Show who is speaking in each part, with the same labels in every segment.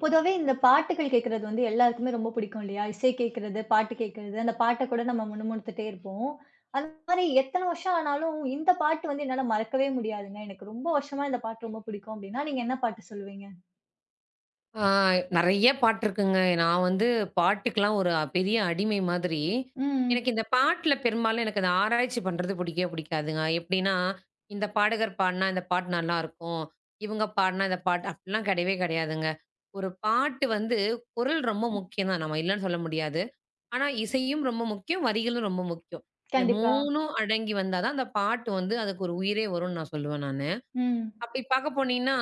Speaker 1: பொதுவாவே இந்த பாட்டுகள் கேட்கிறது வந்து எல்லாருக்குமே ரொம்ப பிடிக்கும் இல்லையா? இசை கேட்கிறது, பாட்டு கேட்கிறது, அந்த பாட்ட கூட நம்ம முணுமுணுத்துட்டே இருப்போம். அந்த மாரி எத்தன வருஷம் ஆனாலும் இந்த பாட்டு வந்து என்னால மறக்கவே முடியாதுங்க. எனக்கு ரொம்ப வருஷமா இந்த பாட்டு ரொம்ப பிடிக்கும் அப்படின்னா, நீங்க என்ன பாட்டு சொல்லுவீங்க?
Speaker 2: ஆ நெறைய பாட்டு இருக்குங்க. நான் வந்து பாட்டுக்கெல்லாம் ஒரு பெரிய அடிமை மாதிரி. எனக்கு
Speaker 1: ம்.
Speaker 2: இந்த பாட்டுல பெரும்பாலும் அந்த ஆராய்ச்சி பண்றது பிடிக்கவே பிடிக்காதுங்க. எப்படின்னா, இந்த பாடகர் பாடுனா இந்த பாட்டு நல்லாருக்கும். இவங்க பாடுனா இந்த பாட்டு அப்படிலாம் கிடையவே கிடையாதுங்க. ஒரு பாட்டு வந்து குரல் ரொம்ப முக்கியம் தான். நம்ம இல்லன்னு சொல்ல முடியாது. ஆனா இசையும் ரொம்ப முக்கியம், வரிகளும் ரொம்ப முக்கியம். இது
Speaker 1: கண்டிப்பா.
Speaker 2: 3ம் அடங்கி வந்தா தான் அந்த பாட்டு வந்து அதுக்கு ஒரு உயிரே வரும்னு நான் சொல்லுவேன் நானு.
Speaker 1: ம்.
Speaker 2: அப்படி பாக்க போனீங்கன்னா,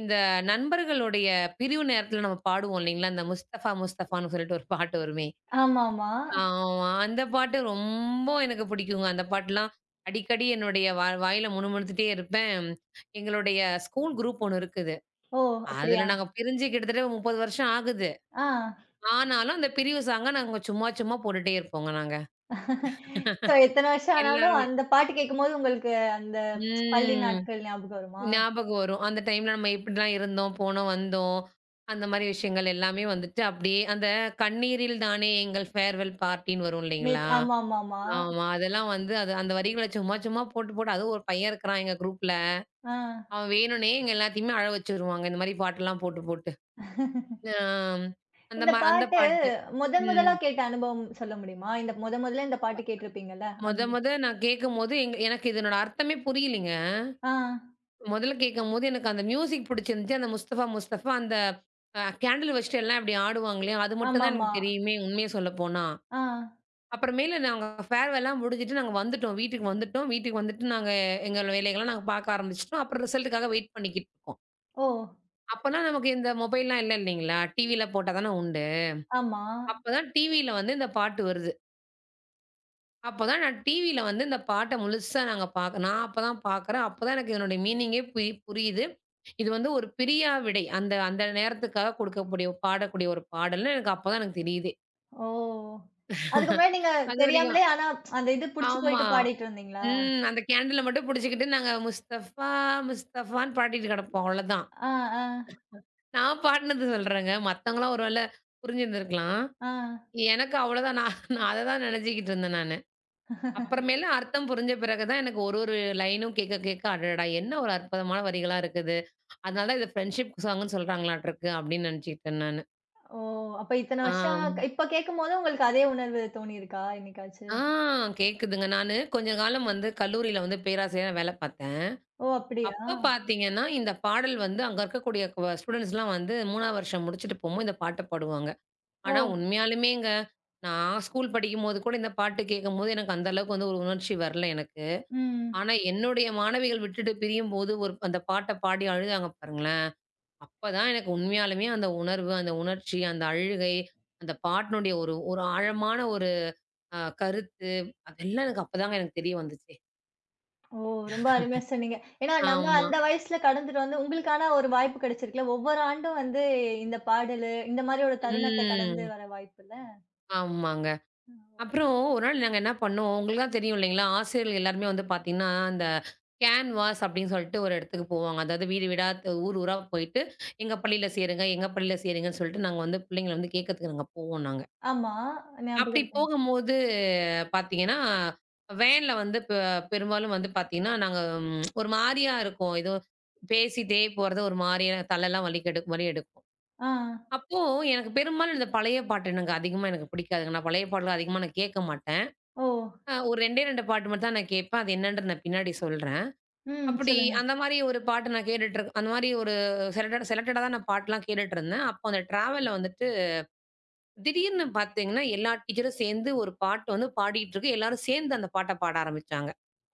Speaker 2: இந்த நண்பர்களுடைய பிரிவு நேரத்துல நம்ம பாடுவோம் இல்லைங்களா? அந்த முஸ்தஃபா முஸ்தஃபான்னு சொல்லிட்டு ஒரு பாட்டு வருமே.
Speaker 1: ஆமாமா.
Speaker 2: ஆமா. அந்த பாட்டு ரொம்ப எனக்கு பிடிக்குங்க. அந்த பாட்டுலாம் அடிக்கடி என்னுடைய வாயில முணுமுணுத்துட்டே இருப்பேன். எங்களுடைய ஸ்கூல் குரூப் ஒண்ணு இருக்குது.
Speaker 1: ஓ! அப்படியா?
Speaker 2: அதுல நாங்க பிரிஞ்சு கிட்டத்தட்ட 30 வருஷம் ஆகுது.
Speaker 1: ஆ.
Speaker 2: ஆனாலும் அந்த பிரிவு சாங்க நாங்க சும்மா சும்மா போட்டுட்டே இருப்போங்க நாங்க.
Speaker 1: சோ எத்தன வருஷம் ஆனாலும்
Speaker 2: எல்லாருமே.
Speaker 1: அந்த பாட்டு கேட்கும்போது உங்களுக்கு அந்த பள்ளி
Speaker 2: ம்.
Speaker 1: நாட்கள் ஞாபகம் வருமா?
Speaker 2: ஞாபகம் வரும். அந்த டைம்ல நம்ம இப்படிலாம் இருந்தோம், போனோம், வந்தோம். அந்த மாரி விஷயங்கள் எல்லாமே வந்துட்டு அப்படியே அந்த "கண்ணீரில் தானே எங்கள் ஃபேர்வெல் பார்ட்டின்னு" வரும் இல்லைங்களா?
Speaker 1: ஆமாமாமா.
Speaker 2: ஆமா. அதெல்லாம் வந்து அது அந்த வரிகள சும்மா சும்மா போட்டு போட்டு அதுவும் ஒரு பையன் இருக்கிறான் எங்க குரூப்ல.
Speaker 1: ஆ.
Speaker 2: அவன் வேணும்னே எங்க எல்லாத்தையுமே அழ வச்சுருவாங்க. இந்த மாரி பாட்டெல்லாம் போட்டு போட்டு. ஆ
Speaker 1: இந்த
Speaker 2: அந்த
Speaker 1: பாட்டு
Speaker 2: பாட்டு.
Speaker 1: முதன்
Speaker 2: ம்.
Speaker 1: முதலா கேட்ட அனுபவம் சொல்ல முடியுமா? இந்த முதல்ல இந்த பாட்டு கேட்டிருப்பீங்கல்ல. அந்த
Speaker 2: மொத மொத நான் கேட்கும்போது எனக்கு இதனோட அர்த்தமே புரியலைங்க.
Speaker 1: ஆ,
Speaker 2: முதல்ல கேட்கும்போது எனக்கு அந்த மியூசிக் பிடிச்சிருந்துச்சு. அந்த முஸ்தபா முஸ்தபா அந்த கேண்டில் வச்சுட்டு எல்லாம் இப்டி ஆடுவாங்க இல்லையா? அது மட்டும் தான்
Speaker 1: ஆமாமா.
Speaker 2: எனக்கு தெரியுமே உண்மைய சொல்லப்போனா.
Speaker 1: ஆ,
Speaker 2: அப்புறமேலு நாங்க ஃபேர்வெல்லாம் முடிஞ்சுட்டு நாங்க வந்துட்டோம். வீட்டுக்கு வந்துட்டோம். வீட்டுக்கு வந்துட்டு நாங்க எங்க வேலைகள்லாம் நாங்க பார்க்க ஆரம்பிச்சுட்டோம். அப்புறம் ரிசல்ட்டுக்காக வெயிட் பண்ணிக்கிட்டு இருக்கோம்.
Speaker 1: ஓ!
Speaker 2: அப்பலாம் நமக்கு இந்த மொபைல்லாம் இல்லைங்களா? டிவில போட்டா தானே உண்டு.
Speaker 1: ஆமா.
Speaker 2: அப்பதான் டிவில வந்து இந்த பாட்டு வருது. அப்பதான் நான் டிவியில வந்து இந்த பாட்ட முழுசா நாங்க பாக்க நான் அப்பதான் பாக்குறேன். அப்பதான் எனக்கு இதனுடைய மீனிங்கே புரியுது. இது வந்து ஒரு பிரியா விடை. அந்த அந்த நேரத்துக்காக கொடுக்கக்கூடிய பாடக்கூடிய ஒரு பாடல்ன்னு எனக்கு அப்பதான் எனக்கு தெரியுதே.
Speaker 1: ஓ! அதுக்கு முன்னாடி நீங்க
Speaker 2: அதுவரைக்கும்
Speaker 1: தெரியாமலே ஆனா அந்த இது புடிச்சு
Speaker 2: ஆமா.
Speaker 1: போயிட்டு பாடிட்டு இருந்தீங்களா?
Speaker 2: ம். அந்த கேண்டில மட்டும் புடிச்சுக்கிட்டு நாங்க முஸ்தஃபா, முஸ்தஃபான்னு பாடிட்டு கிடப்போம். அவ்வளோதான்.
Speaker 1: ஆ, ஆ,
Speaker 2: நான் பாடுனது சொல்றேங்க. மத்தவங்கலாம் ஒரு வேள புரிஞ்சிருந்திருக்கலாம்.
Speaker 1: ஆ.
Speaker 2: எனக்கு அவ்வளோதான் நான் நான் அததான் நினச்சுக்கிட்டு இருந்தேன் நானு. அப்புறமேலு அர்த்தம் புரிஞ்ச பிறகு தான் எனக்கு ஒரு ஒரு லைனும் கேட்க கேட்க, "அடடா! என்ன ஒரு அற்புதமான வரிகளா இருக்குது. அதனால தான் இத ஃப்ரெண்ட்ஷிப் சாங்குன்னு சொல்றாங்களாட்ருக்கு" அப்படின்னு நெனச்சுக்கிட்டேன் நானு.
Speaker 1: ஓ! அப்ப இத்தன
Speaker 2: ஆ.
Speaker 1: வருஷம் இப்ப கேட்கும்போது உங்களுக்கு அதே உணர்வு தோணியிருக்கா என்னைக்காச்சு?
Speaker 2: ஆ கேக்குதுங்க. நானு கொஞ்ச காலம் வந்து கல்லூரியில வந்து பேராசிரியரா வேல பார்த்தேன்.
Speaker 1: ஓ! அப்படியா?
Speaker 2: அப்ப பார்த்தீங்கன்னா, இந்த பாடல் வந்து அங்க இருக்கக்கூடிய ஸ்டூடண்ட்ஸ்லாம் வந்து 3ஆவது வருஷம் முடிச்சுட்டு போம்போது இந்த பாட்ட பாடுவாங்க.
Speaker 1: ஓ!
Speaker 2: ஆனா உண்மையாலுமேங்க, நான் ஸ்கூல் படிக்கும்போது கூட இந்த பாட்டு கேட்கும்போது எனக்கு அந்த அளவுக்கு வந்து ஒரு உணர்ச்சி வரல எனக்கு.
Speaker 1: ம்.
Speaker 2: ஆனா, என்னுடைய மாணவிகள் விட்டுட்டு பிரியும்போது, ஒரு அந்த பாட்ட பாடி அழுதாங்க பாருங்களேன்! அப்பதான் எனக்கு உண்மையாலுமே அந்த உணர்வு, அந்த உணர்ச்சி, அந்த அழுகை, அந்த பாட்டினுடைய ஒரு ஒரு ஆழமான ஒரு கருத்து, அதெல்லாம் எனக்கு அப்பதாங்க எனக்கு தெரிய வந்துச்சே!
Speaker 1: ஓ! ரொம்ப அருமையா சொன்னீங்க. ஏன்னா நம்ம
Speaker 2: ஆமா.
Speaker 1: அந்த வயசுல கடந்துட்டு வந்து உங்களுக்கான ஒரு வாய்ப்பு கிடைச்சிருக்குல்ல. ஒவ்வொரு ஆண்டும் வந்து இந்த பாடலு, இந்த மாரி ஒரு தருணத்த கடந்து
Speaker 2: ம்.
Speaker 1: வர வாய்ப்புல்ல.
Speaker 2: ஆமாங்க.
Speaker 1: ஓ!
Speaker 2: அப்புறம் ஒரு நாள் நாங்க என்ன பண்ணோம், உங்களுக்கு தான் தெரியும் இல்லைங்களா? ஆசிரியர்கள் எல்லாருமே வந்து பார்த்தீங்கன்னா, அந்த கேன்வாஸ் அப்படின்னு சொல்லிட்டு ஒரு இடத்துக்கு போவாங்க. அதாவது வீடு வீடா, ஊர் ஊரா போயிட்டு, எங்க பள்ளியில சேருங்க, எங்க பள்ளியில சேருங்கன்னு சொல்லிட்டு, நாங்க வந்து பிள்ளைங்கள வந்து கேட்கறதுக்கு நாங்க போவோம் நாங்க.
Speaker 1: ஆமா. ஞாபகம்
Speaker 2: அப்படி
Speaker 1: இருக்கு எனக்கு.
Speaker 2: போகும்போது பார்த்தீங்கன்னா, வேன்ல வந்து பெரும்பாலும் வந்து பார்த்தீங்கன்னா, நாங்க ஒரு மாரியா இருக்கோம். ஏதோ பேசிட்டே போறது ஒரு மாரியா தலலாம் வலிக்கு எடு வலி எடுக்கும்.
Speaker 1: ஆ.
Speaker 2: அப்போ எனக்கு பெரும்பாலும் இந்த பழைய பாட்டு எனக்கு அதிகமா எனக்கு பிடிக்காதுங்க. நான் பழைய பாடல் அதிகமா நான் கேட்க மாட்டேன்.
Speaker 1: ஓ!
Speaker 2: ஒரு 2டே 2 பாட்டு மட்டும் தான் நான் கேட்பேன். அது என்னன்றது நான் பின்னாடி சொல்றேன்.
Speaker 1: ம்.
Speaker 2: அப்படி
Speaker 1: சொல்லுங்க.
Speaker 2: அந்த மாரி ஒரு பாட்டு நான் கேட்டுட்டு இருக் அந்த மாரி ஒரு செலக்டடா தான் நான் பாட்டுலாம் கேட்டுட்டு இருந்தேன். அப்போ அந்த ட்ராவல்ல வந்துட்டு திடீர்னு பார்த்தீங்கன்னா, எல்லா டீச்சரும் சேர்ந்து ஒரு பாட்டு வந்து பாடிட்டு இருக்கு. எல்லாரும் சேர்ந்து அந்த பாட்ட பாட ஆரம்பிச்சாங்க.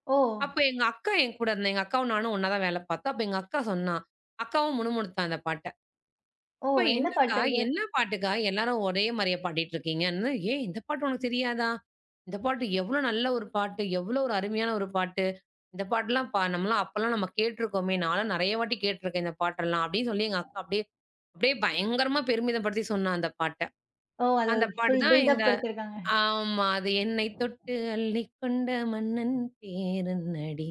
Speaker 1: ஓ!
Speaker 2: அப்ப எங்க அக்கா என் கூட இருந்தா. எங்க அக்காவும் நானும் ஒண்ணா தான் வேலை பார்த்தோம். அப்ப எங்க அக்கா சொன்னா. அக்காவும் முணுமுணுத்தா அந்த பாட்ட.
Speaker 1: ஓ!
Speaker 2: "அப்ப
Speaker 1: என்ன
Speaker 2: என்னக்கா,
Speaker 1: பாட்டு அது?
Speaker 2: என்ன பாட்டுக்கா எல்லாரும் ஒரே மாரியா பாடிட்டு இருக்கீங்கன்னு." "ஏய்! இந்த பாட்டு உனக்கு தெரியாதா? இந்த பாட்டு எவ்ளோ நல்ல ஒரு பாட்டு. எவ்ளோ ஒரு அருமையான ஒரு பாட்டு. இந்த பாட்டெல்லாம் நம்மலாம் அப்பலாம் நம்ம கேட்டுருக்கோமே. நான்லாம் நெறைய வாட்டி கேட்டுருக்கேன் இந்த பாட்டெல்லாம்." அப்படின்னு சொல்லி எங்க அக்கா அப்படியே அப்படியே பயங்கரமா பெருமிதப்படுத்தி சொன்னா அந்த பாட்ட.
Speaker 1: ஓ! அது
Speaker 2: அந்த
Speaker 1: ஒரு
Speaker 2: பாட்டு
Speaker 1: ஃபுல்
Speaker 2: தான்
Speaker 1: பில்டப்
Speaker 2: இந்த
Speaker 1: குடுத்துருக்காங்க.
Speaker 2: ஆமா. அது என்னை தொட்டு அள்ளிக்கொண்ட மன்னன் பேருந்தடி.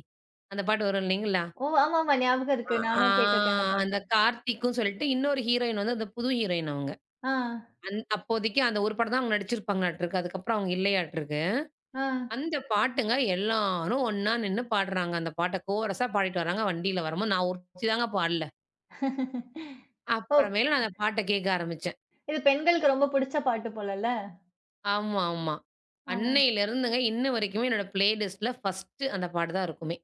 Speaker 2: அந்த பாட்டு வரும் இல்லைங்களா?
Speaker 1: ஓ! ஆமாமா. ஞாபகம்
Speaker 2: ஆ.
Speaker 1: இருக்கு.
Speaker 2: ஆ
Speaker 1: நானும் கேட்டுருக்கேன் இந்த பாட்டு.
Speaker 2: அந்த கார்த்திக்கும் சொல்லிட்டு இன்னொரு ஹீரோயின் வந்து அந்த புது ஹீரோயின் அவங்க.
Speaker 1: ஆ,
Speaker 2: அப்போதைக்கு அந்த ஒரு படம் தான் அவங்க நடிச்சிருப்பாங்களாட்டுருக்கு. அதுக்கப்புறம் அவங்க இல்லையாட்டுருக்கு.
Speaker 1: ஆ.
Speaker 2: அந்த பாட்டுங்க எல்லாரும் ஒண்ணா நின்னு பாடுறாங்க. அந்த பாட்ட கோரஸா பாடிட்டு வராங்க வண்டியில வரும்போது. நான் ஒருத்தி தாங்க பாடல.
Speaker 1: ஓ!
Speaker 2: அப்புறமேலு நான் அந்த பாட்ட கேட்க ஆரம்பிச்சேன்.
Speaker 1: இது பெண்களுக்கு ரொம்ப புடிச்ச பாட்டு போலல்ல.
Speaker 2: ஆமா, ஆமா.
Speaker 1: ஆ.
Speaker 2: அன்னையிலருந்துங்க இன்ன வரைக்குமே என்னோட பிளேலிஸ்ட்ல ஃபர்ஸ்ட்டு அந்த பாட்டு தான் இருக்குமே!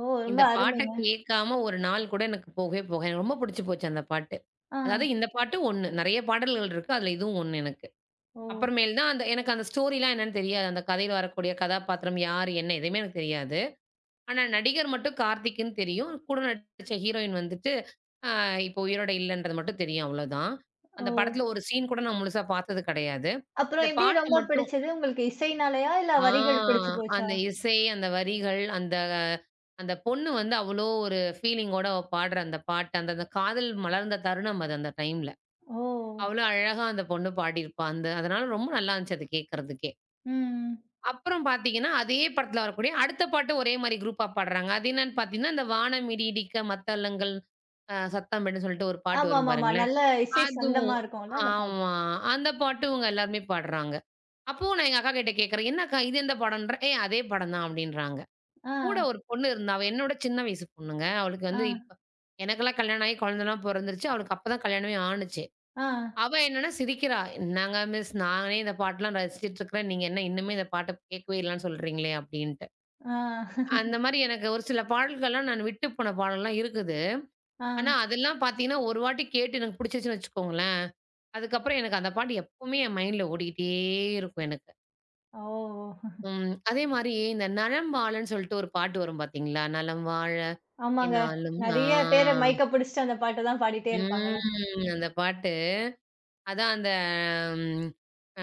Speaker 1: ஓ! ரொம்ப
Speaker 2: இந்த பாட்ட
Speaker 1: அருமைங்க.
Speaker 2: கேட்காம ஒரு நாள் கூட எனக்கு போகவே போகாது. எனக்கு ரொம்ப புடிச்சு போச்சு அந்த பாட்டு.
Speaker 1: ஆ.
Speaker 2: அதாவது இந்த பாட்டு 1 நெறைய பாடல்கள் இருக்கு. அதுல இதுவும் 1 எனக்கு.
Speaker 1: ஓ,
Speaker 2: அப்புறமேல் தான் அந்த எனக்கு அந்த ஸ்டோரிலாம் என்னன்னு தெரியாது. அந்த கதையில வரக்கூடிய கதாபாத்திரம் யார், என்ன எதுவுமே எனக்கு தெரியாது. ஆனா நடிகர் மட்டும் கார்த்திக்ன்னு தெரியும். கூட நடிச்ச ஹீரோயின் வந்துட்டு அ இப்போ உயிரோட இல்லன்றது மட்டும் தெரியும் அவ்வளோதான். அந்த
Speaker 1: ஓ.
Speaker 2: படத்துல ஒரு சீன் கூட நான் முழுசா பார்த்தது கிடையாது. இந்த
Speaker 1: அப்புறம் எப்படி
Speaker 2: பாட்ட
Speaker 1: ரொம்ப
Speaker 2: மட்டும்
Speaker 1: பிடிச்சது? உங்களுக்கு இசைனாலயா? இல்ல
Speaker 2: ஆ
Speaker 1: வரிகள் பிடிச்சு போச்சா?
Speaker 2: அந்த இசை, அந்த வரிகள், அந்த அந்த பொண்ணு வந்து அவ்ளோ ஒரு ஃபீலிங்கோட பாடுற அந்த பாட்டு, அந்த அந்த காதல் மலர்ந்த தருணம் அது அந்த டைம்ல.
Speaker 1: ஓ!
Speaker 2: அவ்ளோ அழகா அந்த பொண்ணு பாடியிருப்பா. அந்த அதனால ரொம்ப நல்லா இருந்துச்சு அது கேட்கறதுக்கே.
Speaker 1: ம்.
Speaker 2: அப்புறம் பார்த்தீங்கன்னா, அதே படத்துல வரக்கூடிய அடுத்த பாட்டு ஒரே மாரி குரூப்பா பாடுறாங்க. அது என்னன்னு பார்த்தீங்கன்னா, இந்த "வானமிடி இடிக்க மத்தளங்கள் சத்தம் இடுன்னு" சொல்லிட்டு ஒரு பாட்டு வரும்
Speaker 1: ஆமாமாமா.
Speaker 2: பாருங்களேன்.
Speaker 1: நல்ல இசை
Speaker 2: அதுவும்
Speaker 1: சந்தமா இருக்கும்ல அந்த பாட்டு.
Speaker 2: ஆமா. அந்த பாட்டும் இவங்க எல்லாருமே பாடுறாங்க. அப்பவும் நான் எங்க அக்காகிட்ட கேட்கிறேன், "என்ன அக்கா கிட்ட கேக்குறேன், என்னக்கா இது எந்த படம்ன்றேன்?" "ஏய் அதே படம் தான்" அப்படின்றாங்க.
Speaker 1: ஆ,
Speaker 2: கூட ஒரு பொண்ணு இருந்தா. அவ என்னோட சின்ன வயசு பொண்ணுங்க. அவளுக்கு
Speaker 1: ஆ,
Speaker 2: வந்து இப்ப எனக்கெல்லாம் கல்யாணம் ஆகி குழந்தலாம் பொறந்துருச்சு. அவளுக்கு அப்ப தான் கல்யாணமே ஆணுச்சு.
Speaker 1: ஆ,
Speaker 2: அவ என்னன்னா சிரிக்கிறா. "என்னங்க மிஸ் நானே இந்த பாட்டெல்லாம் ரசிச்சுட்டு இருக்கிறேன். நீங்க என்ன இன்னுமே இந்த பாட்ட கேட்கவே இல்லன்னு சொல்றீங்களே?" அப்படின்ட்டு.
Speaker 1: ஆ,
Speaker 2: அந்த மாரி எனக்கு ஒரு சில பாடல்கள்லாம் நான் விட்டு போன பாடல்லாம் இருக்குது.
Speaker 1: ஆ.
Speaker 2: ஆனா அதெல்லாம் பார்த்தீங்கன்னா, ஒரு வாட்டி கேட்டு எனக்கு பிடிச்சிருச்சுன்னு வச்சுக்கோங்களேன், அதுக்கப்புறம் எனக்கு அந்த பாட்டு எப்பவுமே என் மைண்ட்ல ஓடிக்கிட்டே இருக்கும் எனக்கு.
Speaker 1: ஓ!
Speaker 2: ம். அதே மாரி இந்த நலம் வாழன்னு சொல்லிட்டு ஒரு பாட்டு வரும் பார்த்தீங்களா? "நலம் வாழ
Speaker 1: ஆமாங்க.
Speaker 2: என்னாலும்" ஆ.
Speaker 1: நெறைய பேரு மைக்க பிடிச்சுட்டு அந்த பாட்டு தான் பாடிட்டே இருப்பாங்கல்ல.
Speaker 2: ம். அந்த பாட்டு. அதான் அந்த ம்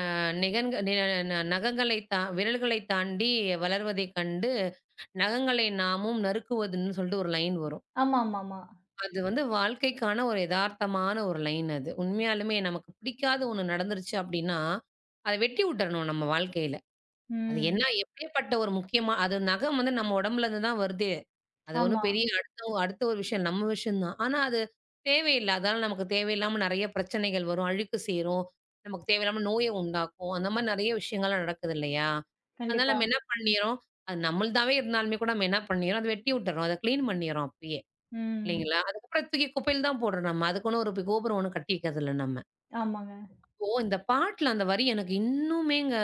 Speaker 2: அ நிகன்க நி ந நகங்களை விரல்களை தாண்டி வளர்வதைக் கண்டு, நகங்களை நாமும் நறுக்குவதுன்னு சொல்லிட்டு ஒரு லைன் வரும்.
Speaker 1: ஆமாமாமா.
Speaker 2: அது வந்து வாழ்க்கைக்கான ஒரு எதார்த்தமான ஒரு லைன் அது. உண்மையாலுமே நமக்கு பிடிக்காத ஒண்ணு நடந்துருச்சு அப்படின்னா, அத வெட்டி உட்டரணும் நம்ம வாழ்க்கையில. அது என்ன
Speaker 1: ம்.
Speaker 2: எப்பேர்ப்பட்ட ஒரு முக்கியமா அது நகம் வந்து நம்ம உடம்புல இருந்து தான் வருதே. அது ஒண்ணும்
Speaker 1: ஆமா.
Speaker 2: பெரிய அடுத்த அடுத்த ஒரு விஷயம் நம்ம விஷயம் தான். ஆனா அது தேவையில்ல. அதால நமக்கு தேவையில்லாம நெறைய பிரச்சனைகள் வரும். அழுக்கு சேரும். நமக்கு தேவையில்லாம நோய உண்டாக்கும். அந்த மாரி நெறைய விஷயங்கள்லாம் நடக்குது இல்லையா? அதனால
Speaker 1: கண்டிப்பா.
Speaker 2: நம்ம என்ன பண்ணிர்றோம், அது நம்மள்தாவே இருந்தாலுமே கூட நம்ம என்ன பண்ணிர்றோம், அத வெட்டி விட்டுர்றோம். அத கிளீன் பண்ணிர்றோம் அப்பயே.
Speaker 1: ம்.
Speaker 2: இல்லைங்களா? அதுக்கப்புறம் தூக்கி குப்பையில தான் போடுறோம் நம்ம. அதுக்குன்னு ஒரு கோபுரம் ஒண்ணும் கட்டி வைக்கிறதில்ல நம்ம.
Speaker 1: ஆமாங்க.
Speaker 2: இப்போ இந்த பாட்டுல அந்த வரி எனக்கு இன்னுமேங்க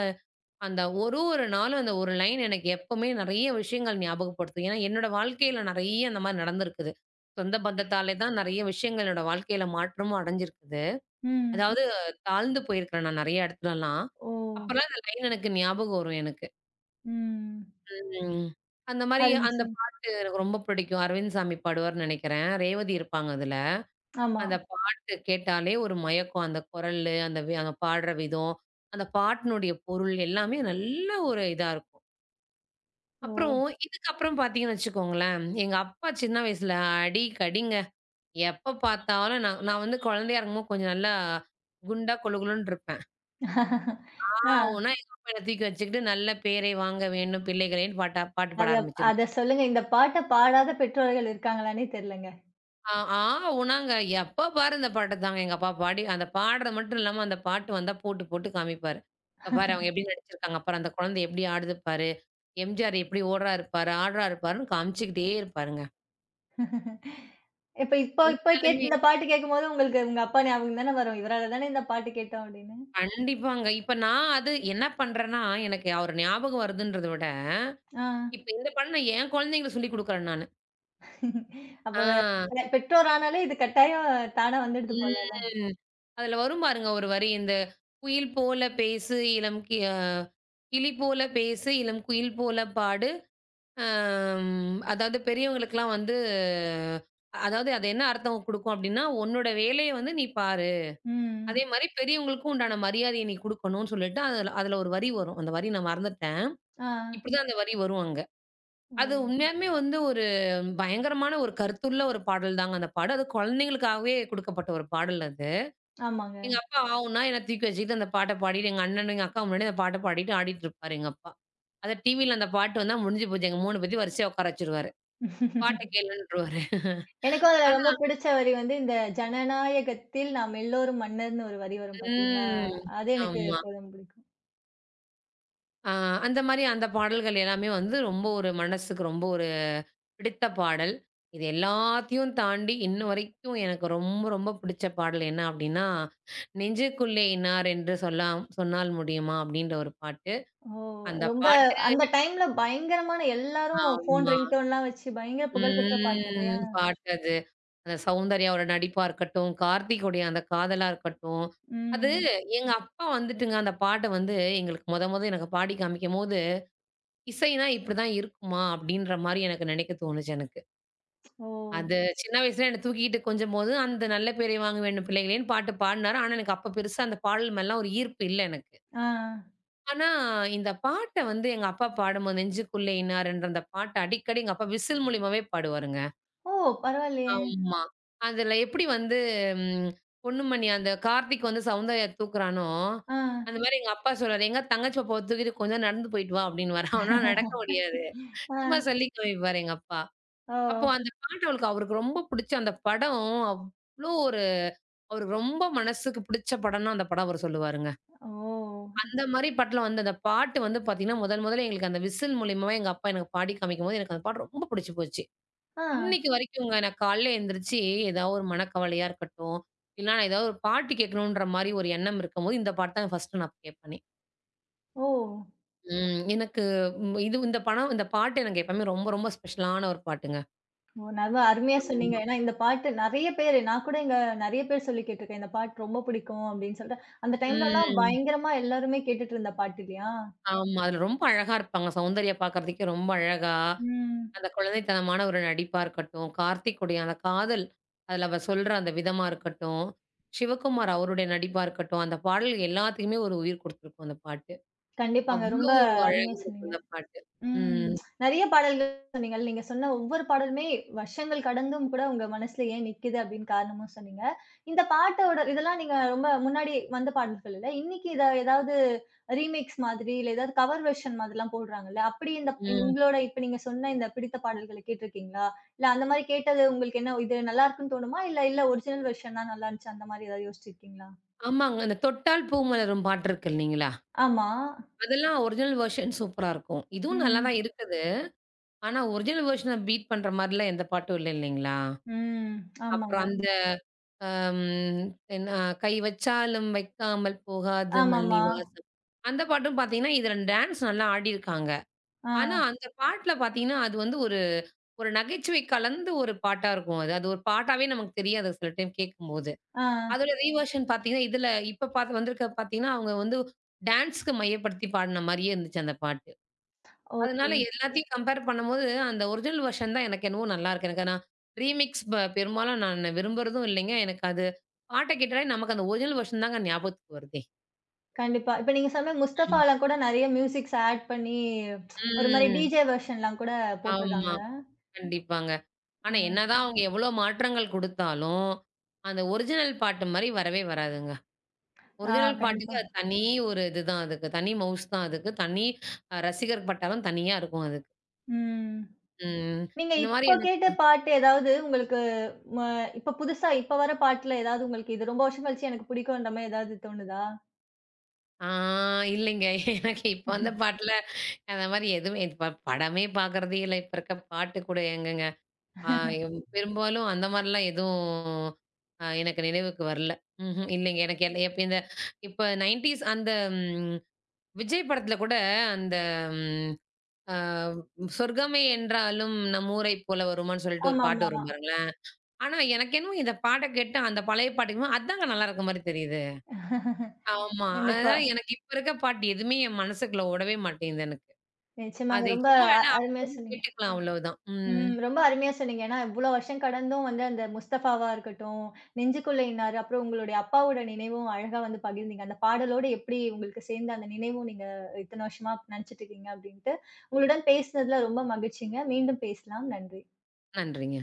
Speaker 2: அந்த ஒரு லைன் எனக்கு எப்பவுமே நெறைய விஷயங்கள் ஞாபகப்படுத்தும். ஏன்னா, என்னோட வாழ்க்கையில நெறைய அந்த மாரி நடந்திருக்குது. சொந்த பந்தத்தாலே தான் நெறைய விஷயங்கள் என்னோட வாழ்க்கையில மாற்றமும் அடைஞ்சிருக்குது.
Speaker 1: ம்.
Speaker 2: அதாவது தாழ்ந்து போயிருக்கிறேன் நான் நெறைய இடத்துலலாம்.
Speaker 1: ஓ!
Speaker 2: அப்பலாம் அந்த லைன் எனக்கு ஞாபகம் வரும் எனக்கு.
Speaker 1: ம்.
Speaker 2: ம். அந்த மாரி
Speaker 1: அருமை
Speaker 2: அந்த
Speaker 1: சொன்னீங்க.
Speaker 2: பாட்டு எனக்கு ரொம்ப பிடிக்கும். அரவிந்த் சாமி பாடுவார்ன்னு நெனைக்கிறேன். ரேவதி இருப்பாங்க அதுல.
Speaker 1: ஆமா.
Speaker 2: அந்த பாட்டு கேட்டாலே ஒரு மயக்கம். அந்த குரலு, அந்த வி அவங்க பாடுற விதம், அந்த பாட்டினுடைய பொருள் எல்லாமே நல்ல ஒரு இதா இருக்கும்.
Speaker 1: ஓ!
Speaker 2: அப்புறம் இதுக்கப்புறம் பார்த்தீங்கன்னு வச்சுக்கோங்களேன், எங்க அப்பா சின்ன வயசுல அடி, கடிங்க. எப்ப பார்த்தாலும் நான் நான் வந்து குழந்தையா இருக்கும்போது கொஞ்சம் நல்லா குண்டா கொழு கொழுன்னு இருப்பேன்.
Speaker 1: ஆ.
Speaker 2: ஆவுன்னா எங்க அப்பா என்ன தூக்கி வச்சுக்கிட்டு, "நல்ல பேரை வாங்க வேண்டும் பிள்ளைகளேன்னு" பாட்டு பாட
Speaker 1: அத
Speaker 2: ஆரம்பிச்சுருவேன்.
Speaker 1: அத சொல்லுங்க. இந்த பாட்ட பாடாத பெற்றோர்கள் இருக்காங்களான்னே தெரியலங்க.
Speaker 2: ஆ ஆவுனாங்க எப்ப பாரு இந்த பாட்ட தாங்க எங்க அப்பா பாடி, அந்த பாடுறது மட்டும் இல்லாம அந்த பாட்டு வந்தா போட்டு போட்டு காமிப்பாரு. "இங்க பாரு அவங்க எப்படி நடிச்சிருக்காங்க, பாரு அந்த குழந்தை எப்படி ஆடுது பாரு, எம்ஜிஆர் எப்படி ஓடுறாரு பாரு, ஆடுறாரு பாருன்னு" காமிச்சுக்கிட்டே இருப்பாருங்க.
Speaker 1: இப்ப இப்ப இப்ப கேட்
Speaker 2: உண்மையாலுமே
Speaker 1: இந்த பாட்டு கேட்கும்போது உங்களுக்கு உங்க அப்பா ஞாபகம் தானே வரும். இவரால தானே இந்த பாட்டு கேட்டோம் அப்படின்னு.
Speaker 2: கண்டிப்பாங்க. இப்ப நான் அது என்ன பண்றேன்னா, எனக்கு அவரு ஞாபகம் வருதுன்றத விட,
Speaker 1: ஆ.
Speaker 2: இப்ப இந்த பாடம் நான் என் குழந்தைங்களுக்கு சொல்லிக் குடுக்குறேன் நானு.
Speaker 1: அப்ப
Speaker 2: ஆ,
Speaker 1: பெற்றோர் ஆனாலே இது கட்டாயம் தானா வந்துடுது போலல.
Speaker 2: ம். அதுல வரும் பாருங்க ஒரு வரி. இந்த "குயில் போல பேசு இளம் கி அ கிளி போல பேசு இளம் குயில் போல பாடு" அம் அதாவது பெரியவங்களுக்கெல்லாம் வந்து அதாவது அது என்ன அர்த்தம் குடுக்கும் அப்டின்னா, "உன்னோட வேலைய வந்து நீ பாரு. அதே
Speaker 1: ம்.
Speaker 2: மாரி பெரியவங்களுக்கும் உண்டான மரியாதைய நீ குடுக்கணும்னு" சொல்லிட்டு அதுல அதுல ஒரு வரி வரும். அந்த வரி நான் மறந்துட்டேன்.
Speaker 1: ஆ.
Speaker 2: இப்டிதான் அந்த வரி வரும் அங்க. அது
Speaker 1: ஓ!
Speaker 2: உண்மையாலுமே வந்து ஒரு பயங்கரமான ஒரு கருத்துள்ள ஒரு பாடல் தாங்க அந்த பாடல். அது குழந்தைங்களுக்காகவே குடுக்கப்பட்ட ஒரு பாடல் அது.
Speaker 1: ஆமாங்க.
Speaker 2: எங்க அப்பா ஆவுன்னா என்ன தூக்கி வச்சுக்கிட்டு அந்த பாட்ட பாடிட்டு, எங்க அண்ணனும், எங்க அக்கா முன்னாடி அந்த பாட்ட பாடிட்டு ஆடிட்டு இருப்பாரு எங்க அப்பா. அத டிவில அந்த பாட்டு வந்தா முடிஞ்சு போச்சு. எங்க 3 பேத்தையும் வரிசையா உட்கார வச்சுருவாரு. பாட்ட கேளுன்ருவாரு.
Speaker 1: எனக்கும் அதுல
Speaker 2: ஆனா
Speaker 1: ரொம்ப பிடிச்ச வரி வந்து இந்த ஜனநாயகத்தில் நாம் எல்லோரும் மன்னர்ன்னு ஒரு வரி வரும் பார்த்தீங்களா?
Speaker 2: ம்.
Speaker 1: அது எனக்கு
Speaker 2: ஆமா.
Speaker 1: எப்போதும் பிடிக்கும்.
Speaker 2: ஆ அந்த மாரி அந்த பாடல்கள் எல்லாமே வந்து ரொம்ப ஒரு மனசுக்கு ரொம்ப ஒரு பிடித்த பாடல். இது எல்லாத்தையும் தாண்டி இன்ன வரைக்கும் எனக்கு ரொம்ப, ரொம்ப பிடிச்ச பாடல் என்ன அப்டின்னா, "நெஞ்சுக்குள்ளே இன்னார் என்று சொல்லாம் சொன்னால் முடியுமா?" அப்டின்ற ஒரு பாட்டு.
Speaker 1: ஓ!
Speaker 2: அந்த
Speaker 1: ரொம்ப
Speaker 2: பாட்டு
Speaker 1: அந்த டைம்ல பயங்கரமான எல்லாரும் ஃபோன்
Speaker 2: ஆமா.
Speaker 1: ரிங்டோன்லாம் வச்சு பயங்கர புகழ்பெற்ற பாட்டு
Speaker 2: ம்.
Speaker 1: இல்லையா?
Speaker 2: பாட்டு அது. அந்த சௌந்தர்யாவோட நடிப்பா இருக்கட்டும், கார்த்திக்குடைய அந்த காதலா இருக்கட்டும். அது
Speaker 1: ம்.
Speaker 2: எங்க அப்பா வந்துட்டுங்க அந்த பாட்ட வந்து எங்களுக்கு மொத மொத எனக்கு பாடி காமிக்கும்போது, இசைனா இப்டிதான் இருக்குமா? அப்டின்ற மாரி எனக்கு நெனைக்க தோணுச்சு எனக்கு.
Speaker 1: ஓ!
Speaker 2: அது சின்ன வயசுல என்ன தூக்கிட்டு கொஞ்சும்போது, அந்த "நல்ல பேரை வாங்க வேண்டும் பிள்ளைகளேன்னு" பாட்டு பாடுனாரு. ஆனா, எனக்கு அப்ப பெருசா அந்த பாடல் மேலலாம் ஒரு ஈர்ப்பு இல்ல எனக்கு.
Speaker 1: ஆ.
Speaker 2: ஆனா, இந்த பாட்ட வந்து எங்க அப்பா பாடும்போது, "நெஞ்சுக்குள்ளே இன்னார்ன்ற" அந்த பாட்ட அடிக்கடி எங்க அப்பா விசில் மூலியமாவே பாடுவாருங்க.
Speaker 1: ஓ! பரவாயில்லையே!
Speaker 2: ஆமா. அதுல எப்படி வந்து ம் பொண்ணுமணி அந்த கார்த்திக் வந்து சௌந்தர்யா தூக்குறானோ,
Speaker 1: ஆ.
Speaker 2: அந்த மாரி எங்க அப்பா சொல்றாரு, "எங்க தங்கச்சி பாப்பாவ தூக்கிட்டு கொஞ்சம் நடந்து போயிட்டு வா" அப்படின்னுவாரு. அவனால நடக்க முடியாது.
Speaker 1: ஆ.
Speaker 2: சும்மா சொல்லி காமிப்பாரு எங்க அப்பா.
Speaker 1: ஓ!
Speaker 2: அப்போ அந்த பாட்டு அவளுக்கு அவருக்கு ரொம்ப பிடிச்ச அந்த படம், அவ்ளோ ஒரு அவருக்கு ரொம்ப மனசுக்கு பிடிச்ச படம்னா அந்த படம் அவரு சொல்லுவாருங்க.
Speaker 1: ஓ!
Speaker 2: அந்த மாரி படத்துல வந்து அந்த பாட்டு வந்து பாத்தீங்கன்னா, முதல் முதல்ல எங்களுக்கு அந்த விசில் மூலியமாவே எங்க அப்பா எனக்கு பாடி காமிக்கும்போது, எனக்கு அந்த பாட்டு ரொம்ப பிடிச்சு போச்சு.
Speaker 1: ஆ.
Speaker 2: இன்னைக்கு வரைக்குங்க நான் காலைல எந்திரிச்சு ஏதாவது ஒரு மனக்கவலையா இருக்கட்டும், இல்லனா ஏதாவது ஒரு பாட்டு கேட்கணுன்ற மாரி ஒரு எண்ணம் இருக்கும்போது, இந்த பாட்டு தான் ஃபர்ஸ்ட்டு நான் கேட்பனே.
Speaker 1: ஓ!
Speaker 2: ம். எனக்கு ம், இது இந்த படம் இந்த பாட்டு எனக்கு எப்பவுமே ரொம்ப ரொம்ப ஸ்பெஷலான ஒரு பாட்டுங்க.
Speaker 1: ஓ! நல்லா அருமையா சொன்னீங்க.
Speaker 2: ஆமா.
Speaker 1: ஏன்னா இந்த பாட்டு நெறைய பேரு நான் கூட இங்க நெறைய பேர் சொல்லி கேட்டுருக்கேன். இந்த பாட்டு ரொம்ப பிடிக்கும் அப்படின்னு சொல்லிட்டு. அந்த டைம்லலாம்
Speaker 2: ம்.
Speaker 1: பயங்கரமா எல்லாருமே கேட்டுட்டு இருந்த பாட்டு இல்லையா?
Speaker 2: ஆமா. அதுல ரொம்ப அழகா இருப்பாங்க. சௌந்தர்யா பார்க்கறதுக்கே ரொம்ப அழகா,
Speaker 1: ம்.
Speaker 2: அந்த குழந்தைத்தனமான ஒரு நடிப்பா இருக்கட்டும், கார்த்திக் உடைய அந்த காதல், அதுல அவ சொல்ற அந்த விதமா இருக்கட்டும், சிவகுமார் அவருடைய நடிப்பா இருக்கட்டும், அந்த பாடல் எல்லாத்துக்குமே ஒரு உயிர் குடுத்துருக்கும் அந்த பாட்டு.
Speaker 1: கண்டிப்பாங்க.
Speaker 2: அவ்ளோ
Speaker 1: ரொம்ப அருமையா
Speaker 2: அழகா இருக்கும்
Speaker 1: சொன்னீங்க.
Speaker 2: அந்த பாட்டு.
Speaker 1: ம்.
Speaker 2: ம்,
Speaker 1: நெறைய பாடல்கள் சொன்னீங்க. நீங்க சொன்ன ஒவ்வொரு பாடலுமே வருஷங்கள் கடந்தும் கூட உங்க மனசுல ஏன் நிக்குது அப்டின்னு காரணமும் சொன்னீங்க. இந்த பாட்டோட இதெல்லாம் நீங்க ரொம்ப முன்னாடி வந்த பாடல்கள் இல்ல. இன்னைக்கு இத ஏதாவது ரீமிக்ஸ் மாதிரி இல்ல ஏதாவது கவர் வெர்ஷன் மாதிரிலாம் போடுறாங்கல்ல. அப்படி இந்த
Speaker 2: ம்.
Speaker 1: உங்களோட இப்ப நீங்க சொன்ன இந்த பிடித்த பாடல்கள கேட்டிருக்கீங்களா? இல்ல அந்த மாரி கேட்டது உங்களுக்கு என்ன இது நல்லா இருக்குன்னு தோணுமா? இல்ல இல்ல ஒரிஜினல் வெர்ஷன் தான் நல்லா இருந்துச்சு அந்த மாரி ஏதாவது யோசிச்சிருக்கீங்களா?
Speaker 2: ஆமாங்க. அந்த "தொட்டால் பூ மலரும்" பாட்டு இருக்கு இல்லைங்களா?
Speaker 1: ஆமா.
Speaker 2: அதெல்லாம் ஒரிஜினல் வெர்ஷன் சூப்பரா இருக்கும். இதுவும் நல்லா தான்
Speaker 1: ம்.
Speaker 2: இருக்குது. ஆனா ஒரிஜினல் வெர்ஷன பீட் பண்ற மாரிலாம் எந்த பாட்டும் இல்ல இல்லைங்களா?
Speaker 1: ம். ஆமாங்க.
Speaker 2: அப்புறம் அந்த அம் என்ன "கை வச்சாலும் வைக்காமல் போகாது மல்லி
Speaker 1: ஆமாமா.
Speaker 2: வாசம்." அந்த பாட்டும் பார்த்தீங்கன்னா, இதுல டான்ஸ் நல்லா ஆடியிருக்காங்க.
Speaker 1: ஆ.
Speaker 2: ஆனா, அந்த பாட்டுல பார்த்தீங்கன்னா, அது வந்து ஒரு ஒரு நகைச்சுவை கலந்த ஒரு பாட்டா இருக்கும் அது. அது ஒரு பாட்டாவே நமக்கு தெரியாது சில டைம் கேட்கும்போது.
Speaker 1: ஆ.
Speaker 2: அதோட ரீவர்ஷன் பார்த்தீங்கன்னா, இதுல இப்ப பார்த்து வந்திருக்க பார்த்தீங்கன்னா, அவங்க வந்து டான்ஸ்க்கு மையப்படுத்தி பாடுன மாரியே இருந்துச்சு அந்த பாட்டு.
Speaker 1: ஓ!
Speaker 2: அதனால எல்லாத்தையும் கம்பேர் பண்ணும்போது, அந்த ஒரிஜினல் வெர்ஷன் தான் எனக்கு என்னவோ நல்லா இருக்கு. எனக்கு நான் ரீமிக்ஸ் பெரும்பாலும் நான் விரும்புறதும் இல்லைங்க. எனக்கு அது பாட்ட கேட்டாலே நமக்கு அந்த ஒரிஜினல் வெர்ஷன் தாங்க ஞாபகத்துக்கு வருதே.
Speaker 1: கண்டிப்பா. இப்ப நீங்க சொன்ன
Speaker 2: ம்.
Speaker 1: முஸ்தபாலாம் கூட நெறைய மியூசிக்ஸ் ஆட் பண்ணி, ஒரு மாரி
Speaker 2: ம்.
Speaker 1: டிஜே வெர்ஷன்லாம் கூட
Speaker 2: ஆமா.
Speaker 1: போட்டுருக்காங்க.
Speaker 2: கண்டிப்பாங்க. ஆனா
Speaker 1: ம்.
Speaker 2: என்னதான் அவங்க எவ்வளோ மாற்றங்கள் குடுத்தாலும், அந்த ஒரிஜினல் பாட்டு மாரி வரவே வராதுங்க.
Speaker 1: ஆ
Speaker 2: ஒரிஜினல் பாட்டுக்கு
Speaker 1: கண்டிப்பா.
Speaker 2: அது தனி ஒரு இதுதான் அதுக்கு. தனி மவுஸ் தான் அதுக்கு. தனி ரசிகர் பட்டாலும் தனியா இருக்கும் அதுக்கு.
Speaker 1: ம்.
Speaker 2: ம்.
Speaker 1: நீங்க
Speaker 2: இந்த மாரி
Speaker 1: இப்போ கேட்ட
Speaker 2: எனக்கு
Speaker 1: பாட்டு ஏதாவது உங்களுக்கு ம இப்ப புதுசா இப்ப வர பாட்டுல ஏதாவது உங்களுக்கு இது ரொம்ப வருஷம் கழிச்சு எனக்கு பிடிக்கும்ன்ற மாரி ஏதாவது தோணுதா?
Speaker 2: ஆ இல்லைங்க. எனக்கு இப்ப வந்த பாட்டுல அந்த மாரி எதுவுமே இப்ப படமே பார்க்கறதே இல்ல. இப்ப இருக்க பாட்டு கூட எங்கங்க. ஆ எம் பெரும்பாலும் அந்த மாரிலாம் எதுவும் எனக்கு நினைவுக்கு வரல. ம்ஹ்ம். இல்லைங்க. எனக்கு எப்ப இந்த இப்ப 90ஸ் அந்த ம் விஜய் படத்துல கூட அந்த ம் அ "சொர்க்கமே என்றாலும் நம்மூரை போல வருமான்னு" சொல்லிட்டு ஒரு பாட்டு
Speaker 1: ஆமாமா.
Speaker 2: வரும் பாருங்களேன். ஆனா எனக்கு என்னமோ இந்த பாட்ட கேட்டா அந்த பழைய பாட்டுக்குமே அதாங்க நல்லா இருக்க மாரி தெரியுது. ஆமா.
Speaker 1: கண்டிப்பா.
Speaker 2: அதனால எனக்கு இப்ப இருக்க பாட்டு எதுவுமே என் மனசுக்குள்ள ஓடவே மாட்டேங்குது எனக்கு.
Speaker 1: நிச்சயமாங்க.
Speaker 2: அதை
Speaker 1: ரொம்ப
Speaker 2: சும்மா வேணா
Speaker 1: அருமையா
Speaker 2: அப்போதைக்கு
Speaker 1: சொன்னீங்க.
Speaker 2: கேட்டுக்கலாம் அவ்வளவுதான். ம்.
Speaker 1: ம். ரொம்ப அருமையா சொன்னீங்க. ஏன்னா, இவ்ளோ வருஷம் கடந்தும் வந்து அந்த முஸ்தஃபாவா இருக்கட்டும், நெஞ்சுக்குள்ள இன்னார், அப்புறம் உங்களுடைய அப்பாவோட நினைவும் அழகா வந்து பகிர்ந்தீங்க. அந்த பாடலோடு எப்படி உங்களுக்கு சேர்ந்த அந்த நினைவும் நீங்க இத்தன வருஷமா நெனச்சுட்டு இருக்கீங்க அப்படின்ட்டு. உங்களுடன் பேசினதுல ரொம்ப மகிழ்ச்சிங்க. மீண்டும் பேசலாம். நன்றி.
Speaker 2: நன்றிங்க.